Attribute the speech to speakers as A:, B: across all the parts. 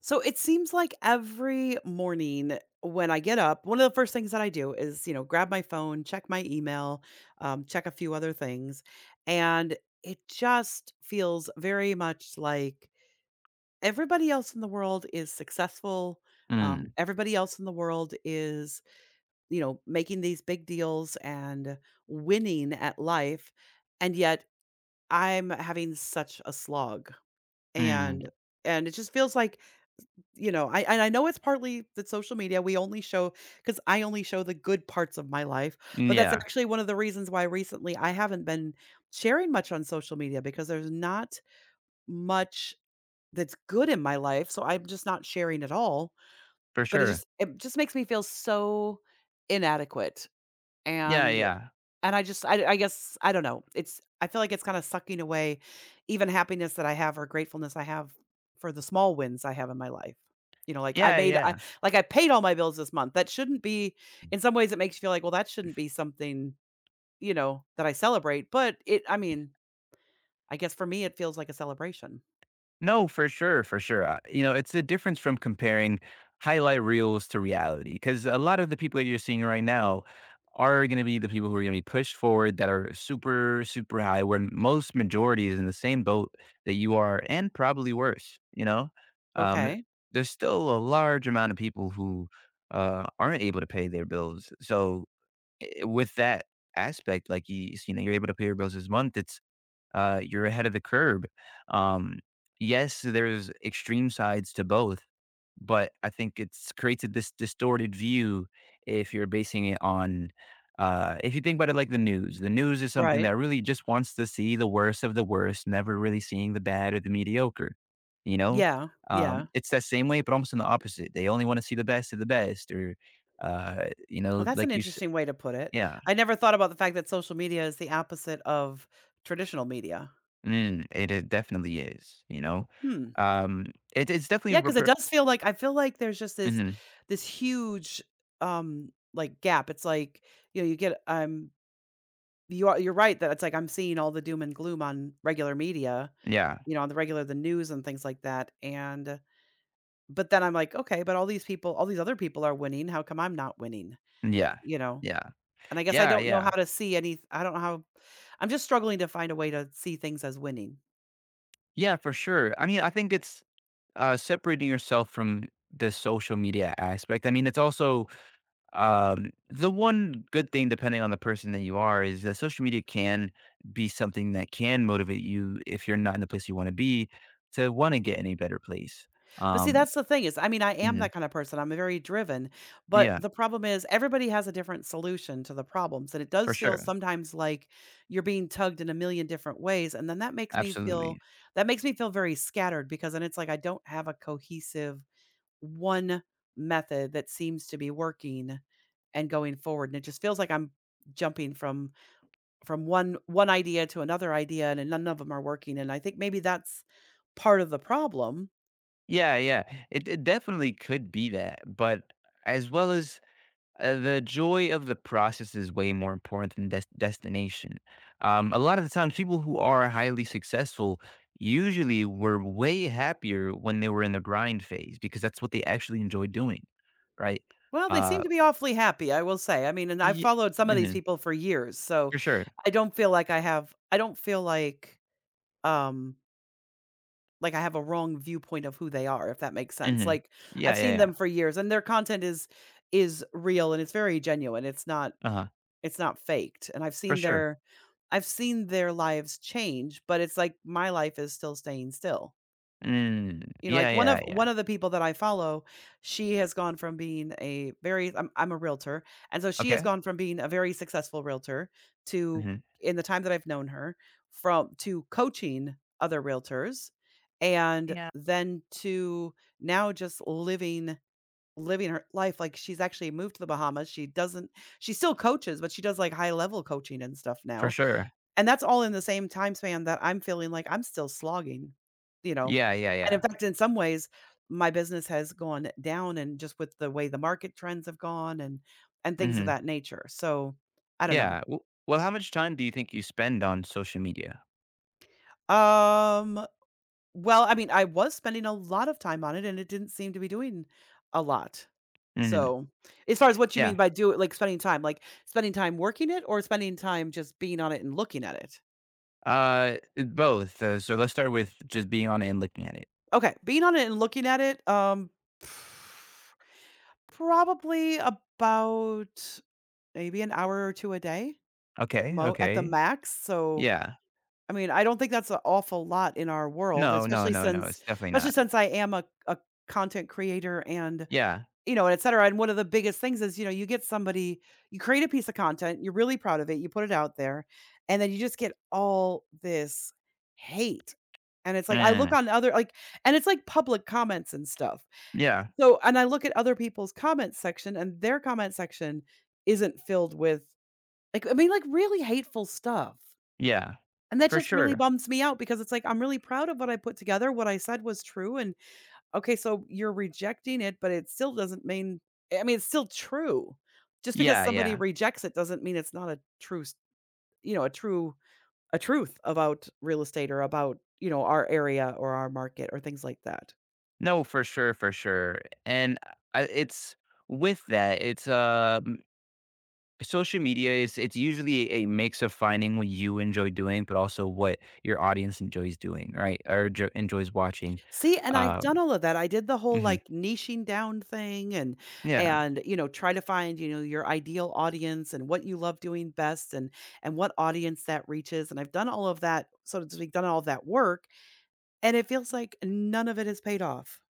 A: So it seems like every morning when I get up, one of the first things that I do is, grab my phone, check my email, check a few other things. And it just feels very much like everybody else in the world is successful.
B: Mm,
A: Everybody else in the world is, making these big deals and winning at life. And yet I'm having such a slog.
B: mm,
A: And and it just feels like I know it's partly that social media, we only show because I only show the good parts of my life, but that's
B: yeah,
A: actually one of the reasons why recently I haven't been sharing much on social media because there's not much that's good in my life, so I'm just not sharing at all,
B: for
A: but it
B: sure.
A: just it just makes me feel so inadequate.
B: Yeah,
A: and
B: yeah.
A: and I guess I don't know. It's I feel like it's kinda sucking away even happiness that I have or gratefulness I have for the small wins I have in my life. You know, like I
B: Yeah,
A: made I
B: yeah.
A: like I paid all my bills this month. That shouldn't be In some ways it makes you feel like, well, that shouldn't be something, you know, that I celebrate, but I guess for me it feels like a celebration.
B: No, for sure, for sure. It's the difference from comparing highlight reels to reality. Because a lot of the people that you're seeing right now are gonna be the people who are gonna be pushed forward that are super, super high, where most majority is in the same boat that you are and probably worse, you know? Um,
A: Okay.
B: there's still a large amount of people who, aren't able to pay their bills. So with that aspect, like you're able to pay your bills this month. It's you're ahead of the curb. Um, yes, there's extreme sides to both, but I think it's created this distorted view if you're basing it on. If you think about it like the news. The news is something
A: Right.
B: that really just wants to see the worst of the worst, never really seeing the bad or the mediocre. You know,
A: Yeah,
B: um,
A: yeah.
B: it's that same way, but almost in the opposite. They only want to see the best of the best, or uh, you
A: Well,
B: know,
A: that's an
B: like you, s-
A: interesting way to put it.
B: yeah.
A: I never thought about the fact that social media is the opposite of traditional media.
B: Mm, it definitely is, you know?
A: Hmm.
B: Um, it's
A: Yeah,
B: definitely.
A: because it
B: Repre
A: does feel like I feel like there's just this
B: Mhm,
A: this huge, like, gap. It's like, you know, you get you're right that it's like I'm seeing all the doom and gloom on regular media,
B: yeah,
A: you know, on the news and things like that, and but then I'm like, "Okay, but all these other people are winning, how come I'm not winning?"
B: yeah,
A: You know?
B: yeah.
A: And I guess I
B: Yeah,
A: don't know how
B: yeah.
A: to see any I don't know how. I'm just struggling to find a way to see things as winning.
B: Yeah, for sure. I mean, I think it's separating yourself from the social media aspect. I mean, it's also, the one good thing, depending on the person that you are, is that social media can be something that can motivate you if you're not in the place you wanna be, to wanna get in a better place.
A: But see,
B: Um
A: that's the thing is, I mean, I am
B: Mhm,
A: that kind of person. I'm very driven, but
B: yeah,
A: the problem is everybody has a different solution to the problems, and it
B: for
A: does feel
B: sure.
A: sometimes like you're being tugged in a million different ways, and then
B: Absolutely.
A: that makes me feel very scattered because then it's like I don't have a cohesive one method that seems to be working and going forward, and it just feels like I'm jumping from one idea to another idea and none of them are working and I think maybe that's part of the problem.
B: Yeah, yeah. It definitely could be that, but as well as the joy of the process is way more important than destination. A lot of the times, people who are highly successful usually were way happier when they were in the grind phase because that's what they actually enjoy doing, right?
A: Well, they
B: Uh,
A: seem to be awfully happy, I will say. I mean, and I've
B: yeah,
A: followed some of these
B: mhm,
A: people for years, so
B: for sure.
A: I don't feel um like I have a wrong viewpoint of who they are, if that makes sense.
B: Hmm.
A: Like
B: Yeah,
A: I've
B: yeah,
A: seen
B: yeah.
A: them for years and their content is real and it's very genuine.
B: Uh huh.
A: It's not faked. And
B: For sure.
A: I've seen their lives change, but it's like my life is still staying still.
B: Mm,
A: You know,
B: yeah,
A: like one
B: yeah,
A: of
B: yeah.
A: one of the people that I follow, she has gone from being a very I'm a realtor, and so she has
B: Okay.
A: gone from being a very successful realtor to,
B: Hmm.
A: in the time that I've known her, from to coaching other realtors and
B: Yeah.
A: then to now just living her life. Like, she's actually moved to the Bahamas. She doesn't She still coaches, but she does like high level coaching and stuff
B: For
A: now.
B: sure.
A: And that's all in the same time span that I'm feeling like I'm still slogging, you know?
B: Yeah, yeah,
A: And in
B: yeah.
A: fact, in some ways, my business has gone down, and just with the way the market trends have gone and things of
B: Hmm.
A: that nature. So, I don't know.
B: Yeah, w well, how much time do you think you spend on social media?
A: Um, well, I mean, I was spending a lot of time on it and it didn't seem to be doing a lot.
B: Mhm,
A: So, as far as what you mean
B: yeah,
A: by do it, like spending time working it or spending time just being on it and looking at it?
B: both, so let's start with just being on it and looking at it.
A: Okay, being on it and looking at it, probably about maybe an hour or 2 a day,
B: Okay,
A: mo at the
B: okay,
A: max, so,
B: yeah.
A: I mean, I don't think that's an awful lot in our world,
B: No, no, no, no, it's definitely
A: especially
B: not.
A: since I am a content creator and,
B: Yeah,
A: you know, and et cetera. And one of the biggest things is, you know, you get somebody you create a piece of content, you're really proud of it, you put it out there, and then you just get all this hate, and it's like, I look
B: mm,
A: on other, like, and it's like public comments and stuff.
B: yeah,
A: So and I look at other people's comment section, and their comment section isn't filled with like, I mean, like, really hateful stuff,
B: yeah,
A: and that
B: for
A: just really
B: sure.
A: bums me out because it's like, I'm really proud of what I put together, what I said was true, and, okay, so you're rejecting it, but it still doesn't mean, I mean, it's still true. Just because
B: Yeah,
A: somebody
B: yeah.
A: rejects it doesn't mean it's not a true s you know, a truth about real estate or about, you know, our area or our market or things like that.
B: No, for sure, and I it's with that, social media is it's usually a mix of finding what you enjoy doing but also what your audience enjoys doing, right, or enjoys watching.
A: See, and I've done
B: um
A: all of that. I did the whole,
B: mhm.
A: like, niching down thing
B: Yeah,
A: and, you know, try to find, you know, your ideal audience and what you love doing best and what audience that reaches, and I've done all of that, so to speak, done all of that work, and it feels like none of it has paid off.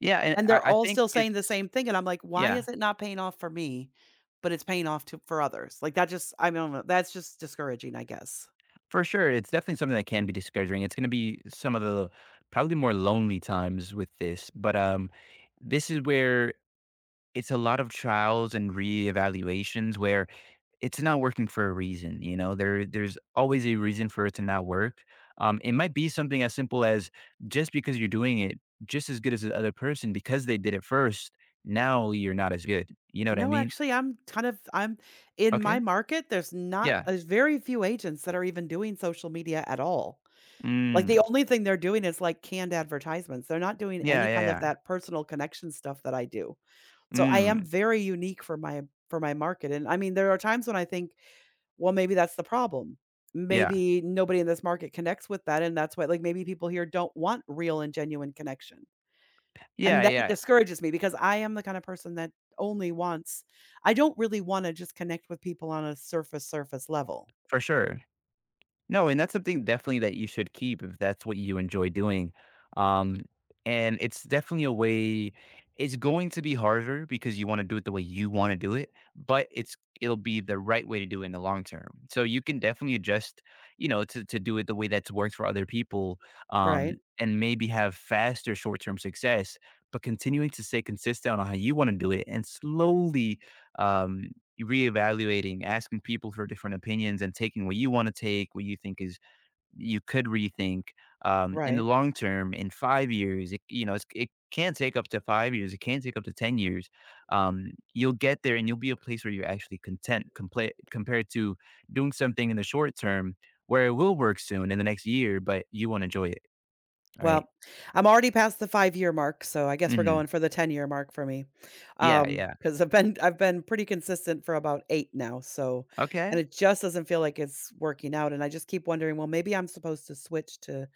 B: yeah, and
A: And
B: I,
A: they're
B: I
A: all
B: think
A: still saying the
B: it's
A: same thing, and I'm like, "Why
B: yeah,
A: is it not paying off for me, but it's paying off to for others?" Like, that just I don't know, that's just discouraging, I guess.
B: for sure. It's definitely something that can be discouraging. It's going to be some of the probably more lonely times with this, but this is where it's a lot of trials and reevaluations where it's not working for a reason, there's always a reason for it to not work. It might be something as simple as just because you're doing it just as good as the other person because they did it first. Now you're not as good, you know what I
A: No,
B: mean?
A: actually, I'm kind of I'm in
B: Okay,
A: my market, there's not
B: yeah,
A: there's very few agents that are even doing social media at all. Like, the
B: mm.
A: only thing they're doing is, like, canned advertisements. They're not doing
B: Yeah,
A: any kind of
B: yeah,
A: that personal connection stuff that I do.
B: yeah,
A: So, I am
B: mm.
A: very unique for my market, and, I mean, there are times when I think, well, maybe that's the problem.
B: Yeah,
A: Maybe nobody in this market connects with that, and that's why, like, maybe people here don't want real and genuine connection.
B: yeah,
A: And that
B: yeah,
A: discourages me because I am the kind of person that only wants, I don't really wanna just connect with people on a surface level.
B: for sure. No, and that's something definitely that you should keep if that's what you enjoy doing. Um, and it's definitely a way it's going to be harder because you want to do it the way you want to do it, but it'll be the right way to do it in the long term. So you can definitely adjust, to do it the way that's worked for other people,
A: Right,
B: and maybe have faster short term success, but continuing to stay consistent on how you want to do it and slowly um reevaluating, asking people for different opinions, and taking what you want to take, what you think is you could rethink. In the
A: right.
B: long term, in 5 years, it, you know, it's, it can take up to 5 years. It can take up to 10 years. You'll get there, and you'll be a place where you're actually content, compared to doing something in the short term where it will work soon in the next year, but you won't enjoy it, right?
A: Well, I'm already past the five year mark, so I guess we're
B: Hmm.
A: going for the ten year mark for me.
B: Yeah, yeah.
A: Because 'Cause I've been pretty consistent for about eight now, so
B: Okay.
A: and it just doesn't feel like it's working out, and I just keep wondering, well, maybe I'm supposed to switch to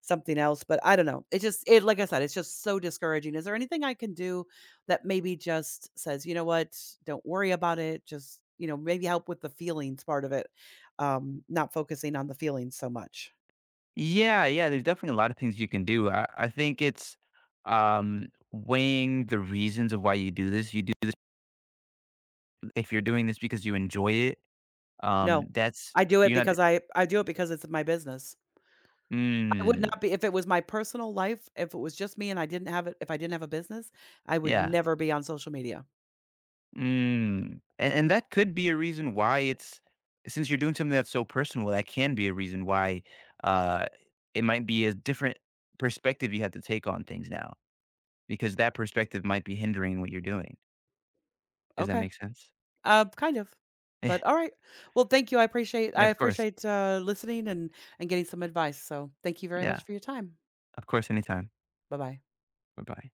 A: something else, but I don't know. It like I said, it's just so discouraging. Is there anything I can do that maybe just says, "You know what? Don't worry about it. Just, you know, maybe help with the feelings part of it." Not focusing on the feelings so much.
B: Yeah, yeah, there's definitely a lot of things you can do. I think it's weighing the reasons of why you do this. You do this if you're doing this because you enjoy it.
A: No.
B: That's
A: I do it
B: you're not.
A: because it's my business. I would
B: Mm,
A: not be, if it was my personal life, if it was just me and I didn't have it if I didn't have a business, I would
B: yeah.
A: never be on social media.
B: Mm. And that could be a reason why it's since you're doing something that's so personal. That can be a reason why uh it might be a different perspective you have to take on things now because that perspective might be hindering what you're doing. Does that
A: Okay.
B: make sense?
A: Kind of. But all right. Well, thank you.
B: Yeah,
A: I
B: of course.
A: appreciate listening and getting some advice. So, thank you very
B: Yeah.
A: much for your time.
B: Of course, anytime.
A: Bye-bye.
B: Bye bye.